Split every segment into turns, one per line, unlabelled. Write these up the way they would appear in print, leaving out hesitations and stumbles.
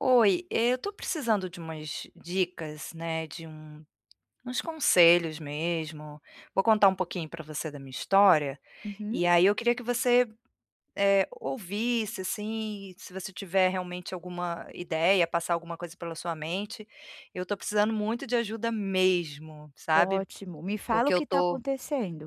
Oi, eu tô precisando de umas dicas, né, de uns conselhos mesmo. Vou contar um pouquinho para você da minha história, e
Uhum.
aí eu queria que você, ouvisse, assim, se você tiver realmente alguma ideia, passar alguma coisa pela sua mente. Eu tô precisando muito de ajuda mesmo, sabe.
Ótimo, me fala
Porque
o
eu
que está
tô
acontecendo.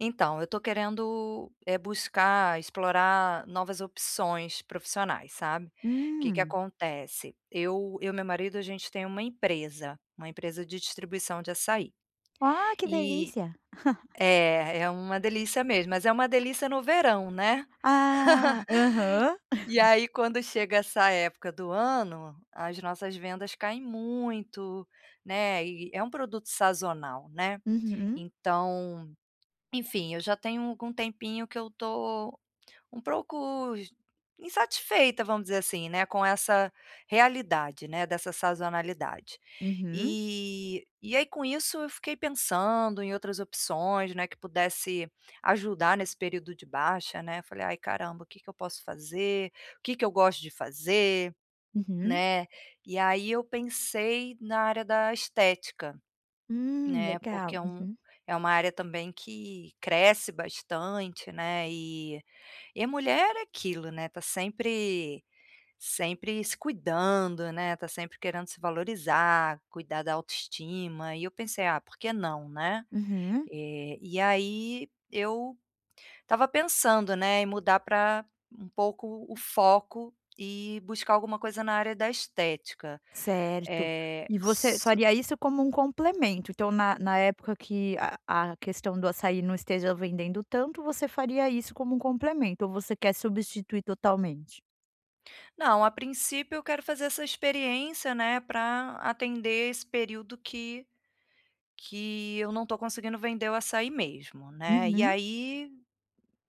então, eu estou querendo, buscar explorar novas opções profissionais, sabe. O Que que
Hum.
acontece, eu e meu marido, a gente tem uma empresa de distribuição de açaí.
Ah, que
E
delícia.
É, é uma delícia mesmo, mas é uma delícia no verão, né.
Ah, aham.
E aí quando chega essa época do ano, as nossas vendas caem muito, né, e é um produto sazonal, né.
Uhum,
Então, enfim, eu já tenho algum tempinho que eu tô um pouco insatisfeita, vamos dizer assim, né, com essa realidade, né, dessa sazonalidade.
uhum,
E aí com isso eu fiquei pensando em outras opções, né, que pudesse ajudar nesse período de baixa, né, falei: "Ai caramba, o que que eu posso fazer? O que que eu gosto de fazer?",
uhum.
né. E aí eu pensei na área da estética. Né, porque
Legal.
é
Uhum.
é uma área também que cresce bastante, né, e a mulher é aquilo, né, tá sempre se cuidando, né, tá sempre querendo se valorizar, cuidar da autoestima, e eu pensei: "Ah, por que não, né?".
Uhum.
E aí eu estava pensando, né, em mudar para um pouco o foco e buscar alguma coisa na área da estética.
Certo.
Eh,
E você faria isso como um complemento, então na época que a questão do açaí não esteja vendendo tanto, você faria isso como um complemento ou você quer substituir totalmente?
Não, a princípio eu quero fazer essa experiência, né, para atender esse período que eu não tô conseguindo vender o açaí mesmo, né. E
Uhum.
aí,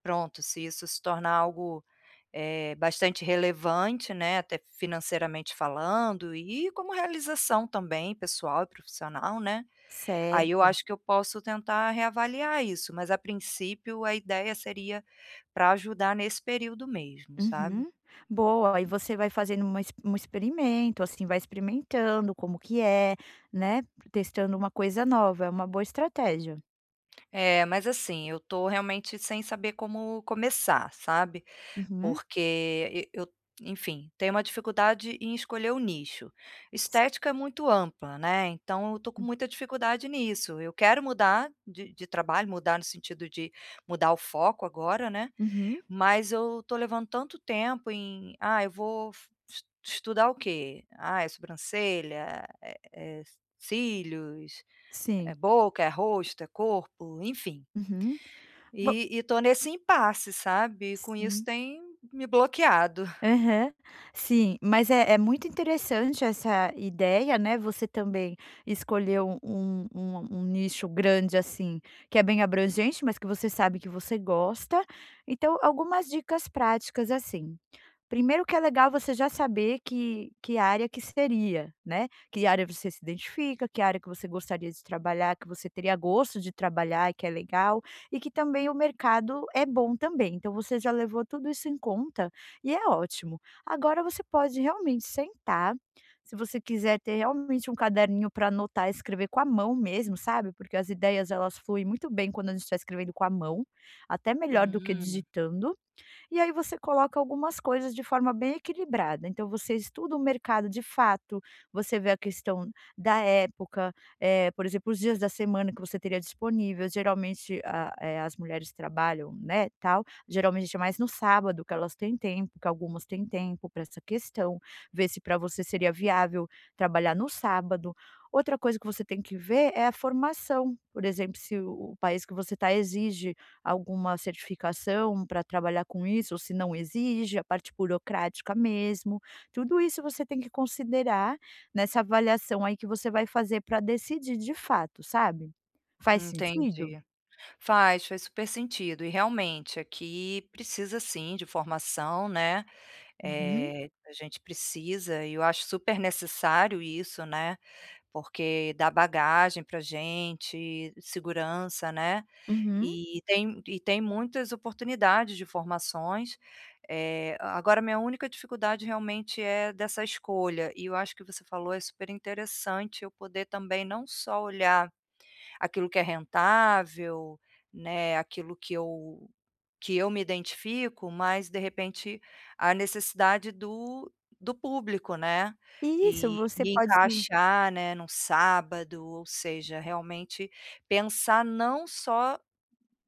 pronto, se isso se tornar algo, bastante relevante, né, até financeiramente falando e como realização também pessoal e profissional, né, aí eu
Certo.
acho que eu posso tentar reavaliar isso, mas a princípio a ideia seria para ajudar nesse período mesmo, sabe?
Uhum. Boa, aí você vai fazendo uma ex um experimento, assim, vai experimentando como que é, né, testando uma coisa nova, é uma boa estratégia.
É, mas assim, eu tô realmente sem saber como começar, sabe,
Uhum.
porque eu, enfim, tenho uma dificuldade em escolher o nicho.
S
Estética é muito ampla, né, então eu tô com muita dificuldade nisso. Eu quero mudar de trabalho, mudar no sentido de mudar o foco agora, né,
Uhum,
mas eu tô levando tanto tempo em: "Ah, eu vou f es estudar o quê? Ah, é sobrancelha, é cílios, é
sim.
boca, é rosto, é corpo", enfim.
Uhum. Bo
E tô nesse impasse, sabe, e com isso
sim.
tem me bloqueado.
Aham. Sim, mas é muito interessante essa ideia, né, você também escolheu um nicho grande, assim, que é bem abrangente, mas que você sabe que você gosta. Então, algumas dicas práticas, assim. Primeiro que é legal você já saber que área que seria, né, que área você se identifica, que área que você gostaria de trabalhar, que você teria gosto de trabalhar e que é legal, e que também o mercado é bom também. Então você já levou tudo isso em conta e é ótimo. Agora você pode realmente sentar, se você quiser ter realmente um caderninho para anotar, escrever com a mão mesmo, sabe, porque as ideias elas fluem muito bem quando a gente está escrevendo com a mão, até melhor do que
Hum,
digitando. E aí você coloca algumas coisas de forma bem equilibrada. Então você estuda o mercado de fato, você vê a questão da época, por exemplo, os dias da semana que você teria disponível. Geralmente a as mulheres trabalham, né, tal, geralmente é mais no sábado que elas têm tempo, que algumas têm tempo para essa questão, ver se para você seria viável trabalhar no sábado. Outra coisa que você tem que ver é a formação, por exemplo, se o país que você está exige alguma certificação para trabalhar com isso, ou se não exige, a parte burocrática mesmo. Tudo isso você tem que considerar nessa avaliação aí que você vai fazer para decidir de fato, sabe. Faz sentido?
entendi. Faz, faz super sentido e realmente aqui precisa sim de formação, né,
Uhum,
a gente precisa e eu acho super necessário isso, né. Porque dá bagagem para gente, segurança, né.
uhum.
E tem muitas oportunidades de formações, agora minha única dificuldade realmente é dessa escolha, e eu acho que você falou é super interessante eu poder também não só olhar aquilo que é rentável, né, aquilo que eu me identifico, mas de repente a necessidade do público, né,
Isso,
e
você pode
encaixar, né, num sábado, ou seja, realmente pensar não só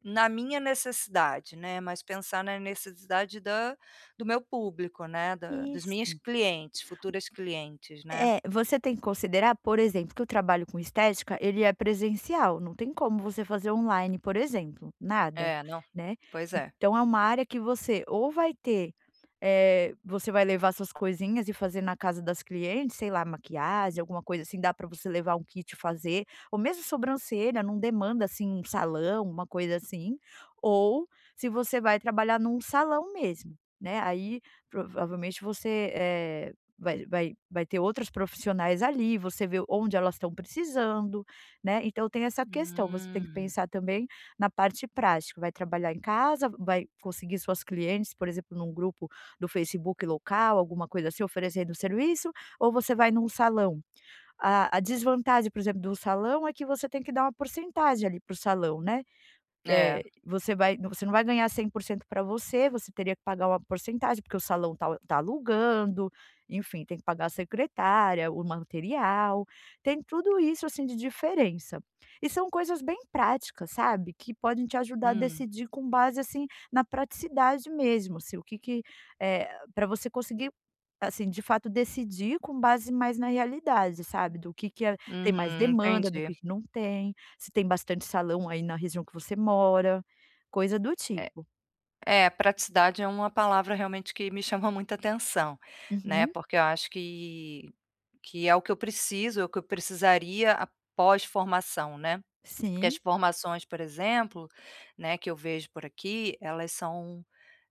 na minha necessidade, né, mas pensar na necessidade da do meu público, né, da dos minhas
isso.
clientes, futuras clientes, né.
É, você tem que considerar, por exemplo, que o trabalho com estética, ele é presencial, não tem como você fazer online, por exemplo, nada,
É, não.
né.
Pois é.
Então é uma área que você ou vai ter, você vai levar suas coisinhas e fazer na casa das clientes, sei lá, maquiagem, alguma coisa assim, dá para você levar um kit e fazer, ou mesmo sobrancelha, não demanda, assim, um salão, uma coisa assim, ou se você vai trabalhar num salão mesmo, né, aí provavelmente você, vai ter outros profissionais ali, você vê onde elas estão precisando, né, então tem essa questão, você tem que
Hum.
pensar também na parte prática, vai trabalhar em casa, vai conseguir suas clientes, por exemplo, num grupo do Facebook local, alguma coisa assim, oferecendo serviço, ou você vai num salão. A desvantagem, por exemplo, do salão é que você tem que dar uma porcentagem ali para o salão, né,
É.
é, você não vai ganhar 100% para você, você teria que pagar uma porcentagem, porque o salão tá alugando, enfim, tem que pagar a secretária, o material, tem tudo isso, assim, de diferença. E são coisas bem práticas, sabe, que podem te ajudar a
Hum.
decidir com base, assim, na praticidade mesmo, se o que que, eh, pra você conseguir, assim, de fato decidir com base mais na realidade, sabe, do que é tem mais
Uhum,
demanda, do
entendi.
que não tem se tem bastante salão aí na região que você mora, coisa do
É
tipo.
É, praticidade é uma palavra realmente que me chama muita atenção, né,
Uhum.
porque eu acho que é o que eu preciso, é o que eu precisaria após formação, né. Porque as
Sim.
formações, por exemplo, né, que eu vejo por aqui, elas são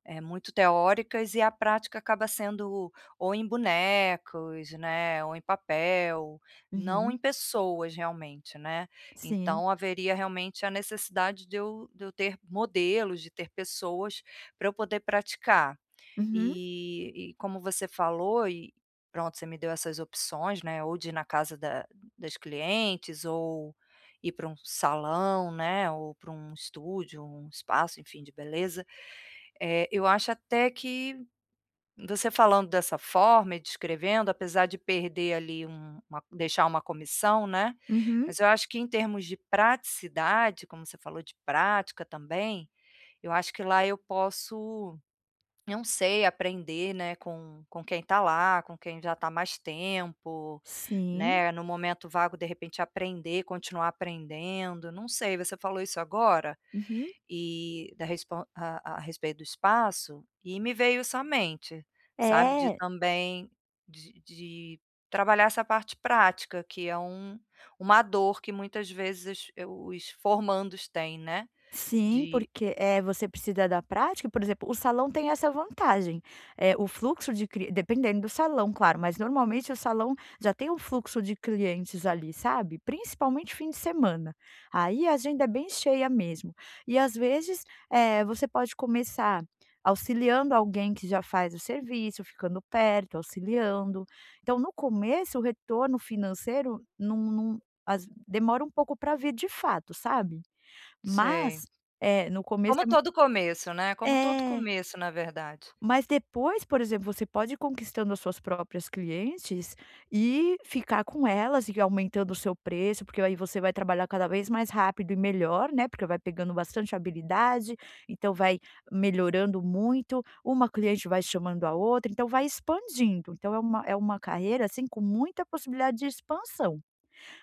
É, muito teóricas e a prática acaba sendo ou em bonecos, né, ou em papel, não em
Uhum.
pessoas realmente, né.
Sim.
Então haveria realmente a necessidade de eu ter modelos, de ter pessoas para eu poder praticar.
Uhum.
E como você falou pronto, você me deu essas opções, né, ou de ir na casa da das clientes ou ir para um salão, né, ou para um estúdio, um espaço, enfim, de beleza. É, eu acho até que você falando dessa forma e descrevendo, apesar de perder ali uma deixar uma comissão, né,
Uhum.
mas eu acho que em termos de praticidade, como você falou de prática também, eu acho que lá eu posso, não sei, aprender, né, com quem está lá, com quem já está mais tempo,
Sim.
né, no momento vago, de repente, aprender, continuar aprendendo, não sei, você falou isso agora?
Uhum.
E da respon a respeito do espaço, e me veio isso à mente, sabe, de
É.
também de trabalhar essa parte prática, que é uma dor que muitas vezes os formandos têm, né,
Sim,
de
porque, é você precisa da prática, por exemplo, o salão tem essa vantagem, é o fluxo de cli dependendo do salão, claro, mas normalmente o salão já tem um fluxo de clientes ali, sabe, principalmente fim de semana. Aí a agenda é bem cheia mesmo. E às vezes, é você pode começar auxiliando alguém que já faz o serviço, ficando perto, auxiliando. Então no começo o retorno financeiro não não as demora um pouco para vir de fato, sabe?
sei.
Mas, é, no começo
Como todo começo, né, como todo
é,
começo, na verdade.
mas depois, por exemplo, você pode ir conquistando as suas próprias clientes e ficar com elas e aumentando o seu preço, porque aí você vai trabalhar cada vez mais rápido e melhor, né, porque vai pegando bastante habilidade, então vai melhorando muito, uma cliente vai chamando a outra, então vai expandindo. Então é uma carreira, assim, com muita possibilidade de expansão.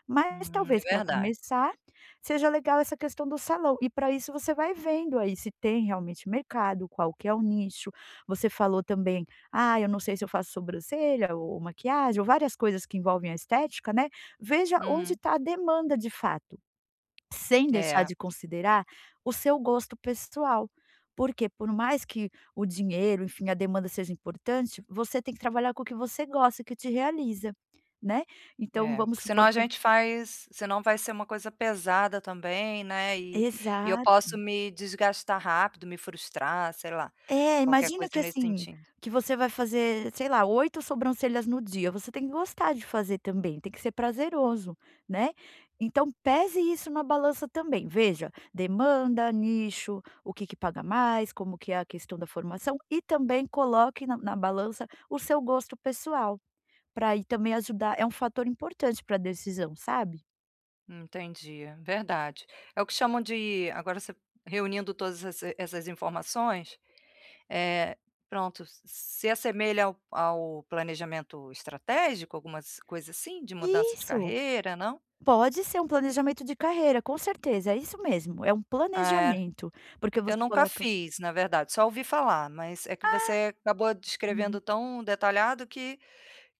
Mas
É
talvez para
verdade.
começar, seja legal essa questão do salão e para isso você vai vendo aí se tem realmente mercado, qual que é o nicho. Você falou também: "Ah, eu não sei se eu faço sobrancelha ou maquiagem", ou várias coisas que envolvem a estética, né. Veja onde
Uhum.
está a demanda de fato, sem deixar
É.
de considerar o seu gosto pessoal. Porque por mais que o dinheiro, enfim, a demanda seja importante, você tem que trabalhar com o que você gosta, que te realiza, né. Então
É,
vamos
porque senão
supor
a
que
gente faz senão vai ser uma coisa pesada também, né, e eu
exato.
posso me desgastar rápido, me frustrar, sei lá,
É,
qualquer
imagina
coisa
que,
nesse
assim,
sentido.
que você vai fazer, sei lá, 8 sobrancelhas no dia, você tem que gostar de fazer também, tem que ser prazeroso, né. Então pese isso na balança também, veja, demanda, nicho, o que que paga mais, como que é a questão da formação e também coloque na balança o seu gosto pessoal, para aí também ajudar é um fator importante para a decisão, sabe.
Entendi, verdade. É o que chamam de agora você reunindo todas essas informações, eh, pronto, se assemelha ao planejamento estratégico, algumas coisas assim, de mudança de
Isso.
carreira, não?
Pode ser um planejamento de carreira, com certeza, é isso mesmo, é um
É.
planejamento, porque
Eu
você
nunca
coloca
fiz, na verdade, só ouvi falar, mas é que você acabou
hum.
descrevendo tão detalhado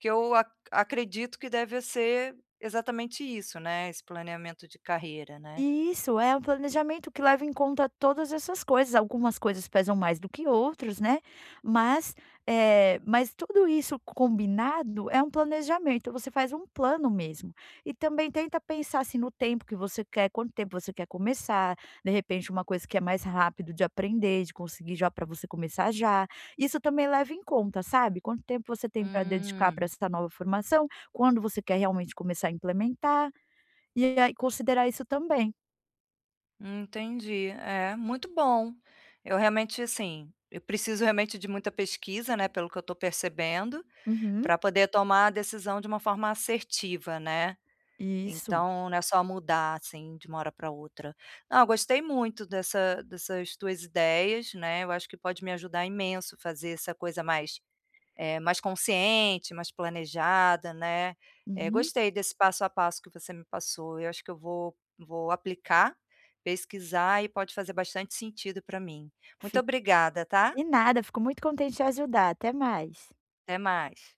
que eu ac acredito que deve ser exatamente isso, né, esse planeamento de carreira, né.
Isso, é um planejamento que leva em conta todas essas coisas. Algumas coisas pesam mais do que outras, né, mas, mas tudo isso combinado é um planejamento, você faz um plano mesmo. E também tenta pensar, assim, no tempo que você quer, quanto tempo você quer começar, de repente uma coisa que é mais rápido de aprender, de conseguir já para você começar já. Isso também leva em conta, sabe, quanto tempo você tem para dedicar para
Hum,
essa nova formação, quando você quer realmente começar a implementar, e aí considerar isso também.
entendi. É, muito bom. Eu realmente, assim, eu preciso realmente de muita pesquisa, né, pelo que eu estou percebendo,
Uhum.
para poder tomar a decisão de uma forma assertiva, né.
Isso.
Então não é só mudar, assim, de uma hora para outra. Não, eu gostei muito dessas tuas ideias, né, eu acho que pode me ajudar imenso fazer essa coisa mais, mais consciente, mais planejada, né. Eh,
Uhum.
gostei desse passo a passo que você me passou, eu acho que eu vou aplicar, pesquisar e pode fazer bastante sentido para mim. Muito
Fi
obrigada, tá.
De nada, fico muito contente de ajudar, até mais.
Até mais.